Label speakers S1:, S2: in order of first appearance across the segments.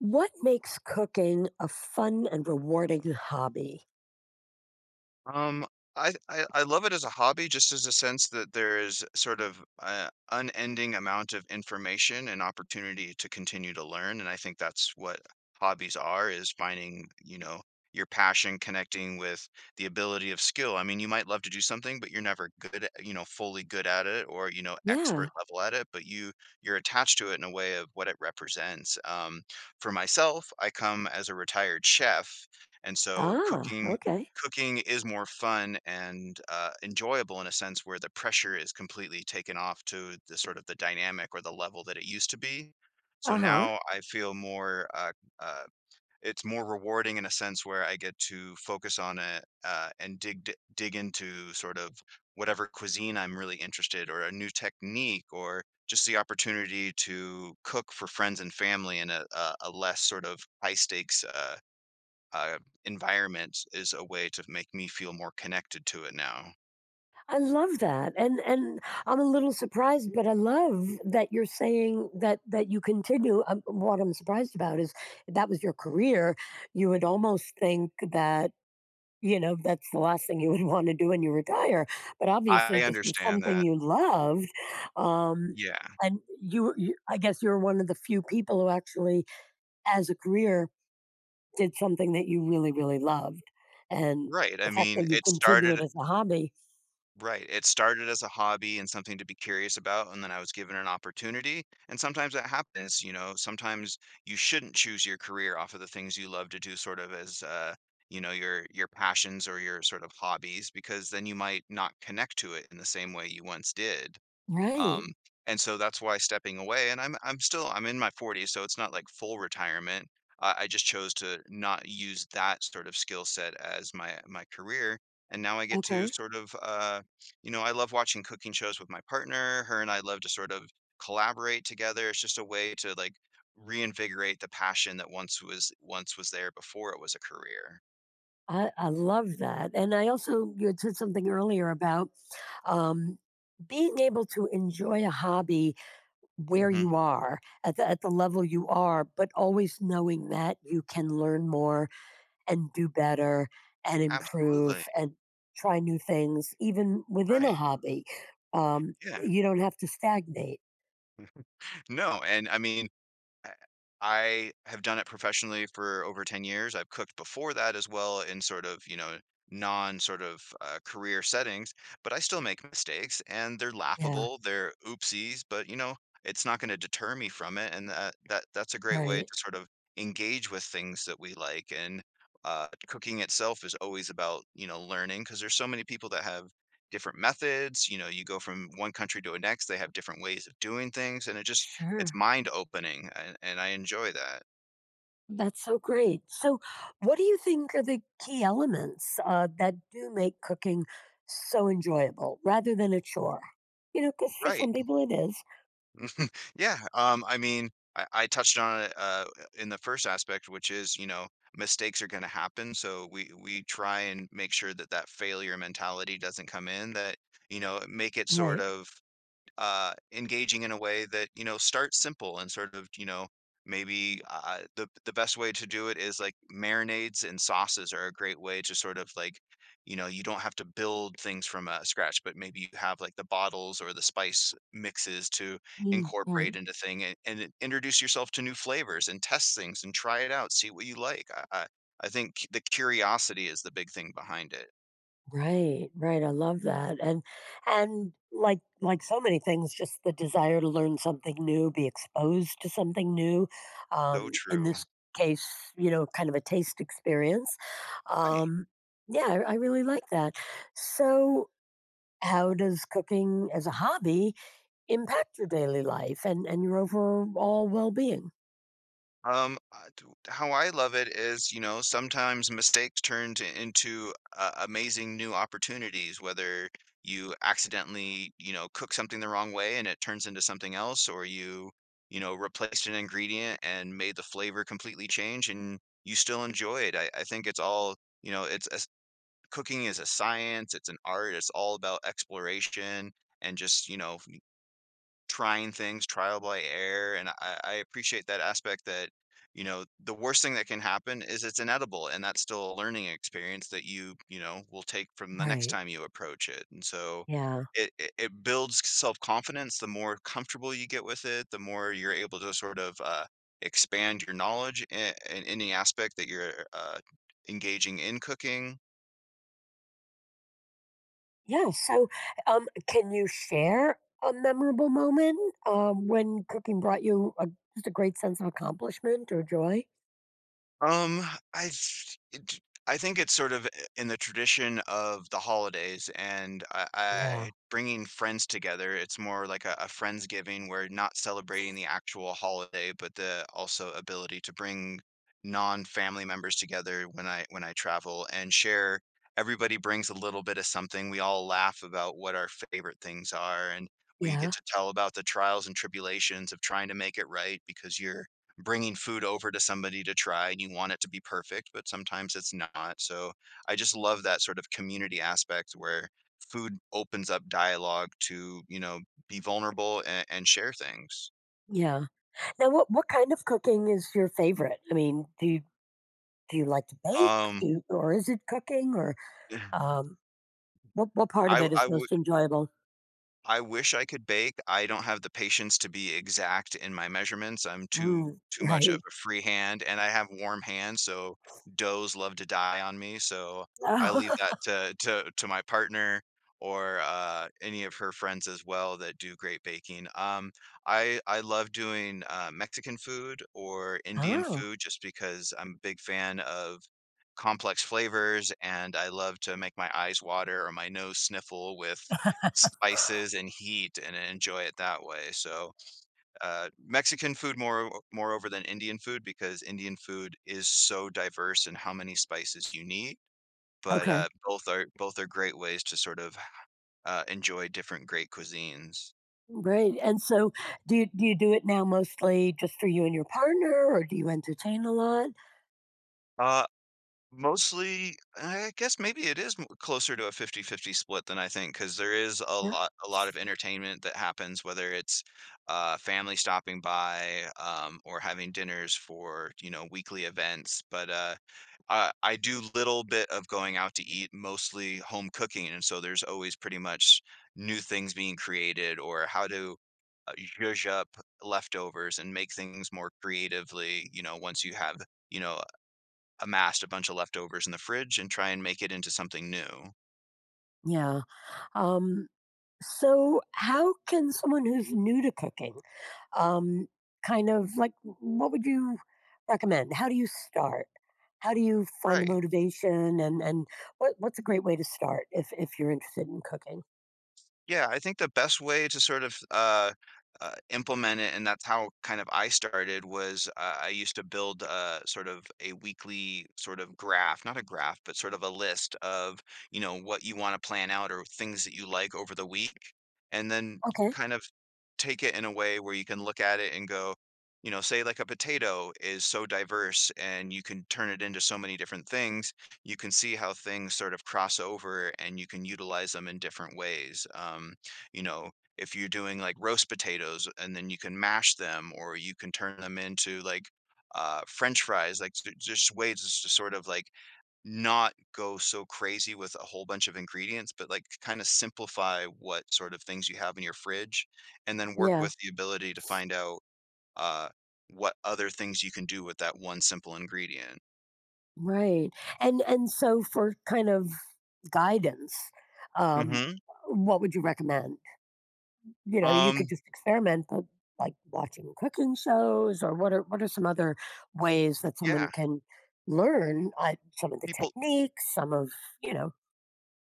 S1: What makes cooking a fun and rewarding hobby?
S2: Um, I love it as a hobby, just as a sense that there is sort of an unending amount of information and opportunity to continue to learn. And I think that's what hobbies are, is finding, you know, your passion connecting with the ability of skill. I mean, you might love to do something, but you're never good at, you know, fully good at it or, you know,
S1: Yeah.
S2: expert level at it, but you're attached to it in a way of what it represents. For myself, I come as a retired chef, and so
S1: Ah,
S2: cooking
S1: okay.
S2: Cooking is more fun and, enjoyable in a sense where the pressure is completely taken off to the sort of the dynamic or the level that it used to be. So
S1: Uh-huh.
S2: now I feel more, uh, it's more rewarding in a sense where I get to focus on it, and dig into sort of whatever cuisine I'm really interested or a new technique or just the opportunity to cook for friends and family in a less sort of high stakes, uh, environment is a way to make me feel more connected to it now.
S1: I love that. And I'm a little surprised, but I love that you're saying that you continue. What I'm surprised about is that was your career. You would almost think that, you know, that's the last thing you would want to do when you retire. But obviously
S2: I
S1: this is
S2: understand
S1: something
S2: that.
S1: you loved. Um
S2: Yeah.
S1: and you, you I guess you're one of the few people who actually as a career did something that you really, really loved, and
S2: Right.
S1: the
S2: I
S1: fact that
S2: mean,
S1: you
S2: it
S1: continue it
S2: started
S1: as a hobby.
S2: right. It started as a hobby and something to be curious about, and then I was given an opportunity. And sometimes that happens, you know, sometimes you shouldn't choose your career off of the things you love to do sort of as you know, your passions or your sort of hobbies because then you might not connect to it in the same way you once did.
S1: Right,
S2: Um, and so that's why stepping away and I'm still I'm in my 40s, so it's not like full retirement. I just chose to not use that sort of skill set as my career. And now I get to
S1: okay.
S2: sort of you know, I love watching cooking shows with my partner. Her and I love to sort of collaborate together. It's just a way to like reinvigorate the passion that once was there before it was a career.
S1: I love that, and I also you had said something earlier about, um, being able to enjoy a hobby where
S2: Hmm.
S1: you are, at the level you are, but always knowing that you can learn more and do better and improve
S2: Absolutely.
S1: and try new things even within a
S2: Right.
S1: hobby.
S2: Yeah.
S1: You don't have to stagnate.
S2: No, and I mean I I have done it professionally for over 10 years. I've cooked before that as well in sort of, you know, non sort of career settings, but I still make mistakes and they're
S1: Yeah,
S2: laughable. They're oopsies, but you know, it's not going to deter me from it. And that's a great way
S1: right.
S2: to sort of engage with things that we like. And cooking itself is always about, you know, learning because there's so many people that have different methods. You know, you go from one country to the next, they have different ways of doing things. And it just it's
S1: Sure.
S2: mind opening and I enjoy that.
S1: That's so great. So, what do you think are the key elements that do make cooking so enjoyable rather than a chore? You know, because for
S2: Right.
S1: some people it is.
S2: Yeah. I mean, I touched on it in the first aspect, which is, you know, mistakes are going to happen. So we try and make sure that failure mentality doesn't come in that, you know, make it sort
S1: Right.
S2: of engaging in a way that you know start simple and sort of you know maybe the best way to do it is like marinades and sauces are a great way to sort of like you know you don't have to build things from scratch but maybe you have like the bottles or the spice mixes to
S1: Mm, right,
S2: incorporate into thing and introduce yourself to new flavors and test things and try it out see what you like I think the curiosity is the big thing behind it.
S1: right. I love that, and like so many things, just the desire to learn something new, be exposed to something new.
S2: So
S1: In
S2: true.
S1: this case, you know, kind of a taste experience.
S2: Right.
S1: Um, yeah, I really like that. So, how does cooking as a hobby impact your daily life and your overall well-being?
S2: How I love it is, you know, sometimes mistakes turn into amazing new opportunities, whether you accidentally, you know, cook something the wrong way and it turns into something else, or you know, replaced an ingredient and made the flavor completely change and you still enjoy it. I think it's all, you know, cooking is a science, it's an art, it's all about exploration and just, you know, trying things trial by error, and I appreciate that aspect that, you know, the worst thing that can happen is it's inedible, and that's still a learning experience that you know, will take from the next
S1: Right.
S2: time you approach it, and so
S1: Yeah.
S2: it builds self-confidence, the more comfortable you get with it, the more you're able to sort of, expand your knowledge in any aspect that you're, engaging in cooking.
S1: Yeah, so can you share a memorable moment, when cooking brought you a, just a great sense of accomplishment or joy?
S2: Um, I th- it- I think it's sort of in the tradition of the holidays and I,
S1: Yeah.
S2: I bringing friends together. It's more like a friendsgiving where not celebrating the actual holiday, but the also ability to bring non-family members together when I travel and share. Everybody brings a little bit of something. We all laugh about what our favorite things are, and we get
S1: yeah
S2: to tell about the trials and tribulations of trying to make it right because you're bringing food over to somebody to try and you want it to be perfect, but sometimes it's not. So I just love that sort of community aspect where food opens up dialogue to, you know, be vulnerable and share things.
S1: yeah. Now, what kind of cooking is your favorite? I mean, do you like to bake?
S2: Um,
S1: Do you, or is it cooking, or um, what part of it is
S2: I would.
S1: most enjoyable?
S2: I wish I could bake. I don't have the patience to be exact in my measurements. I'm too
S1: Mm,
S2: too much of
S1: right.
S2: a free hand, and I have warm hands, so doughs love to die on me. So I leave that to to my partner or any of her friends as well that do great baking. I love doing Mexican food or Indian
S1: Oh,
S2: food just because I'm a big fan of complex flavors, and I love to make my eyes water or my nose sniffle with spices and heat and enjoy it that way. So, Mexican food moreover than Indian food because Indian food is so diverse in how many spices you need. But
S1: okay,
S2: both are great ways to sort of enjoy different great cuisines.
S1: great. And so do you do you do it now mostly just for you and your partner, or do you entertain a lot?
S2: Uh, Mostly, I guess maybe it is m closer to a fifty-fifty split than I think, because there is
S1: Yeah.
S2: a lot of entertainment that happens, whether it's, family stopping by, or having dinners for, you know, weekly events, but, I do little bit of going out to eat, mostly home cooking, and so there's always pretty much new things being created or how to, uh, zhuzh up leftovers and make things more creatively, you know, once you have, you know, amassed a bunch of leftovers in the fridge and try and make it into something new.
S1: Yeah. Um so how can someone who's new to cooking, um kind of like, what would you recommend? How do you start? How do you find the
S2: Right.
S1: motivation and what what's a great way to start if you're interested in cooking?
S2: Yeah, I think the best way to sort of implement it, and that's how kind of I started, was I used to build sort of a weekly sort of graph, not a graph, but sort of a list of, you know, what you want to plan out or things that you like over the week. And then
S1: Okay.
S2: kind of take it in a way where you can look at it and go, you know, say like a potato is so diverse and you can turn it into so many different things you can see how things sort of cross over and you can utilize them in different ways. You know, if you're doing like roast potatoes and then you can mash them or you can turn them into like French fries, like just ways to sort of like not go so crazy with a whole bunch of ingredients, but like kind of simplify what sort of things you have in your fridge and then work
S1: Yeah.
S2: with the ability to find out uh, what other things you can do with that one simple ingredient.
S1: Right. And so for kind of guidance, um
S2: Hmm.
S1: what would you recommend? You know, I mean, you could
S2: Um,
S1: just experiment, but like watching cooking shows, or what are some other ways that someone
S2: yeah
S1: can learn some of the
S2: people.
S1: techniques, some of, you know,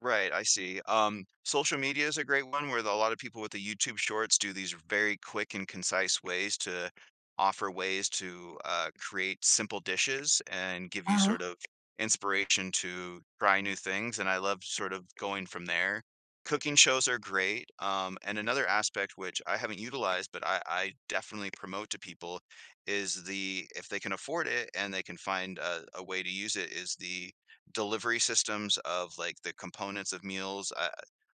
S2: Right, I see. Social media is a great one where a lot of people with the YouTube shorts do these very quick and concise ways to offer ways to create simple dishes and give you
S1: uh,
S2: sort of inspiration to try new things. And I love sort of going from there. Cooking shows are great. And another aspect which I haven't utilized, but I definitely promote to people is if they can afford it and they can find a way to use it, is the delivery systems of, like, the components of meals,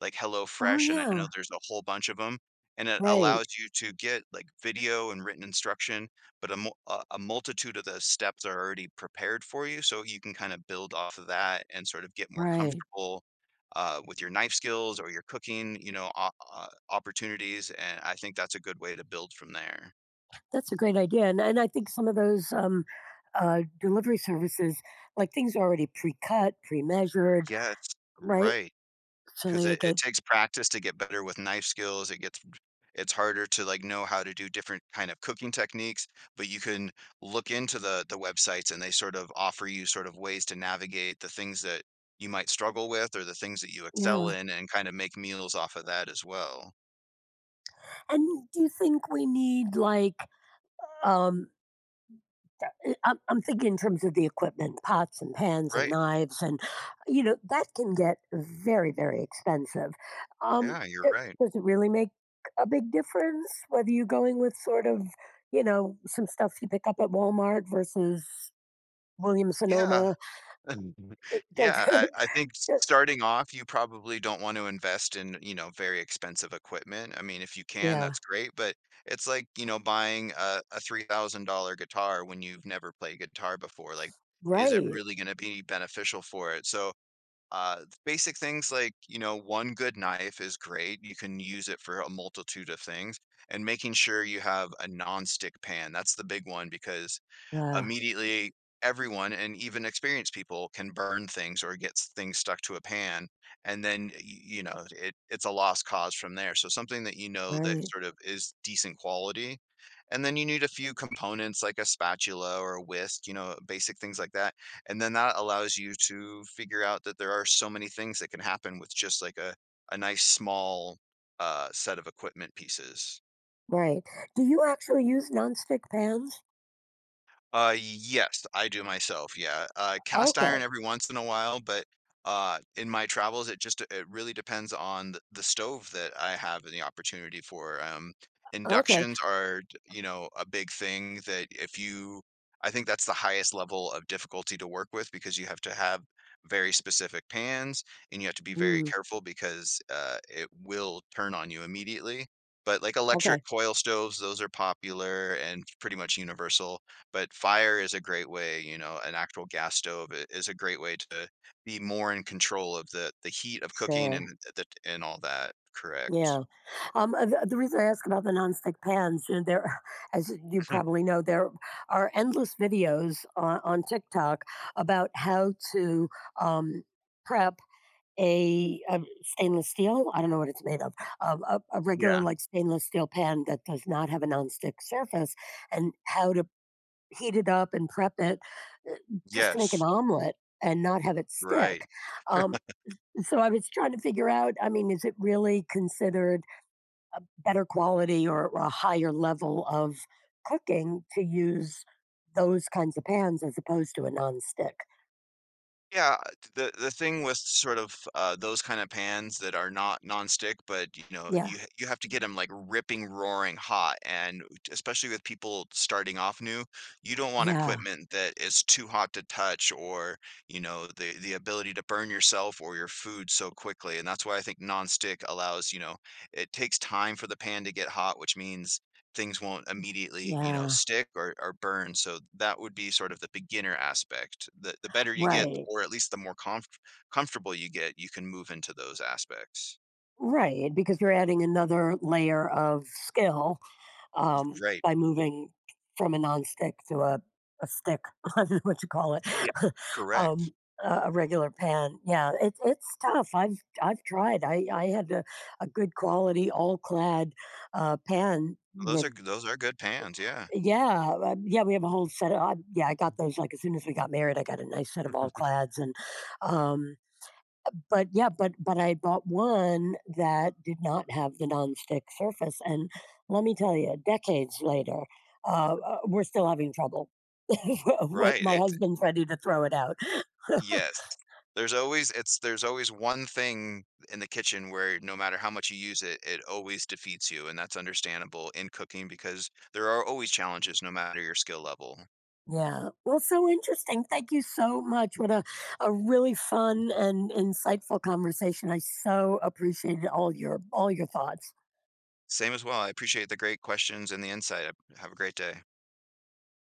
S2: like
S1: oh
S2: HelloFresh, and I know
S1: yeah,
S2: there's a whole bunch of them, and it
S1: right,
S2: allows you to get, like, video and written instruction, but a multitude of the steps are already prepared for you, so you can kinda build off of that and sort of get more
S1: right.
S2: comfortable, with your knife skills or your cooking, you know, o opportunities, and I think that's a good way to build from there.
S1: That's a great idea. And I think some of those delivery services, like things are already pre-cut, pre-measured,
S2: Yes,
S1: right?
S2: right.
S1: So they
S2: 'Cause it
S1: make
S2: it
S1: it,
S2: takes practice to get better with knife skills, it gets it's harder to, like, know how to do different kind of cooking techniques, but you can look into the websites and they sort of offer you sort of ways to navigate the things that you might struggle with or the things that you excel
S1: yeah.
S2: in and kind of make meals off of that as well.
S1: And do you think we need like, um Uh, I'm thinking in terms of the equipment, pots and pans and
S2: Right,
S1: knives, and you know that can get very, very expensive. Um,
S2: yeah, you're
S1: d-
S2: right.
S1: does it really make a big difference whether you're going with sort of, you know, some stuff you pick up at Walmart versus William
S2: Yeah.
S1: Sonoma?
S2: Mhm.
S1: It does.
S2: Yeah, I think s
S1: it-
S2: starting off, you probably don't want to invest in, you know, very expensive equipment. I mean, if you can,
S1: yeah.
S2: that's great, but it's like, you know, buying a $3,000 guitar when you've never played guitar before. Like, is it
S1: Right.
S2: really gonna be beneficial for it? So, basic things like, you know, one good knife is great. You can use it for a multitude of things, and making sure you have a nonstick pan. That's the big one because
S1: Yeah.
S2: immediately everyone and even experienced people can burn things or get things stuck to a pan, and then you know it's a lost cause from there, so something that, you know, that
S1: Right.
S2: sort of is decent quality, and then you need a few components like a spatula or a whisk, you know, basic things like that, and then that allows you to figure out that there are so many things that can happen with just like a nice small set of equipment pieces.
S1: Right. Do you actually use nonstick pans?
S2: Yes, I do myself. Yeah. Cast iron
S1: Okay.
S2: every once in a while, but in my travels, it just it really depends on the stove that I have and the opportunity for.
S1: Okay.
S2: Inductions are, you know, a big thing that if you, I think that's the highest level of difficulty to work with because you have to have very specific pans, and you have to be very
S1: Mm,
S2: careful because it will turn on you immediately. But like electric
S1: okay.
S2: coil stoves, those are popular and pretty much universal, but fire is a great way, you know, an actual gas stove I is a great way to be more in control of the heat of cooking and
S1: Sure.
S2: the and all that, correct.
S1: Yeah. The reason I ask about the nonstick pans, you know, there, as you probably know, there are endless videos on TikTok about how to, um, prep a stainless steel. I don't know what it's made of. A, a regular
S2: Yeah.
S1: like stainless steel pan that does not have a nonstick surface, and how to heat it up and prep it, uh, just to make an
S2: Yes,
S1: omelet and not have it
S2: right.
S1: stick. Um, so I was trying to figure out. I mean, is it really considered better quality, or a higher level of cooking to use those kinds of pans as opposed to a nonstick?
S2: Yeah, the thing with sort of, those kind of pans that are not nonstick, but, you know,
S1: Yeah,
S2: you ha you have to get them like, ripping, roaring hot, and especially with people starting off new, you don't want
S1: yeah,
S2: equipment that is too hot to touch or, you know, the ability to burn yourself or your food so quickly, and that's why I think nonstick allows, you know, it takes time for the pan to get hot, which means things won't immediately, you know,
S1: yeah.
S2: stick or burn, so that would be sort of the beginner aspect. The better you get,
S1: Right,
S2: or at least the more comfortable you get, you can move into those aspects.
S1: right. Because you're adding another layer of skill,
S2: Y Right.
S1: by moving from a nonstick to a stick. I don't know what you call it.
S2: Yeah. Correct.
S1: um, a a regular pan. Yeah, it's tough. I've tried. I had a good quality all clad pan with.
S2: Those are good pans, yeah.
S1: Yeah, yeah, we have a whole set of I yeah, I got those, like, as soon as we got married, I got a nice set of all clads, and, um but yeah, but I bought one that did not have the nonstick surface, and let me tell you, decades later, we're still having trouble. Wh
S2: Right,
S1: my
S2: it
S1: husband's ready to throw it out.
S2: yes. There's always it's there's always one thing in the kitchen where no matter how much you use it, it always defeats you, and that's understandable in cooking because there are always challenges no matter your skill level.
S1: Yeah. Well, so interesting. Thank you so much. What a really fun and insightful conversation. I so appreciated all your thoughts.
S2: Same as well. I appreciate the great questions and the insight. Have a great day.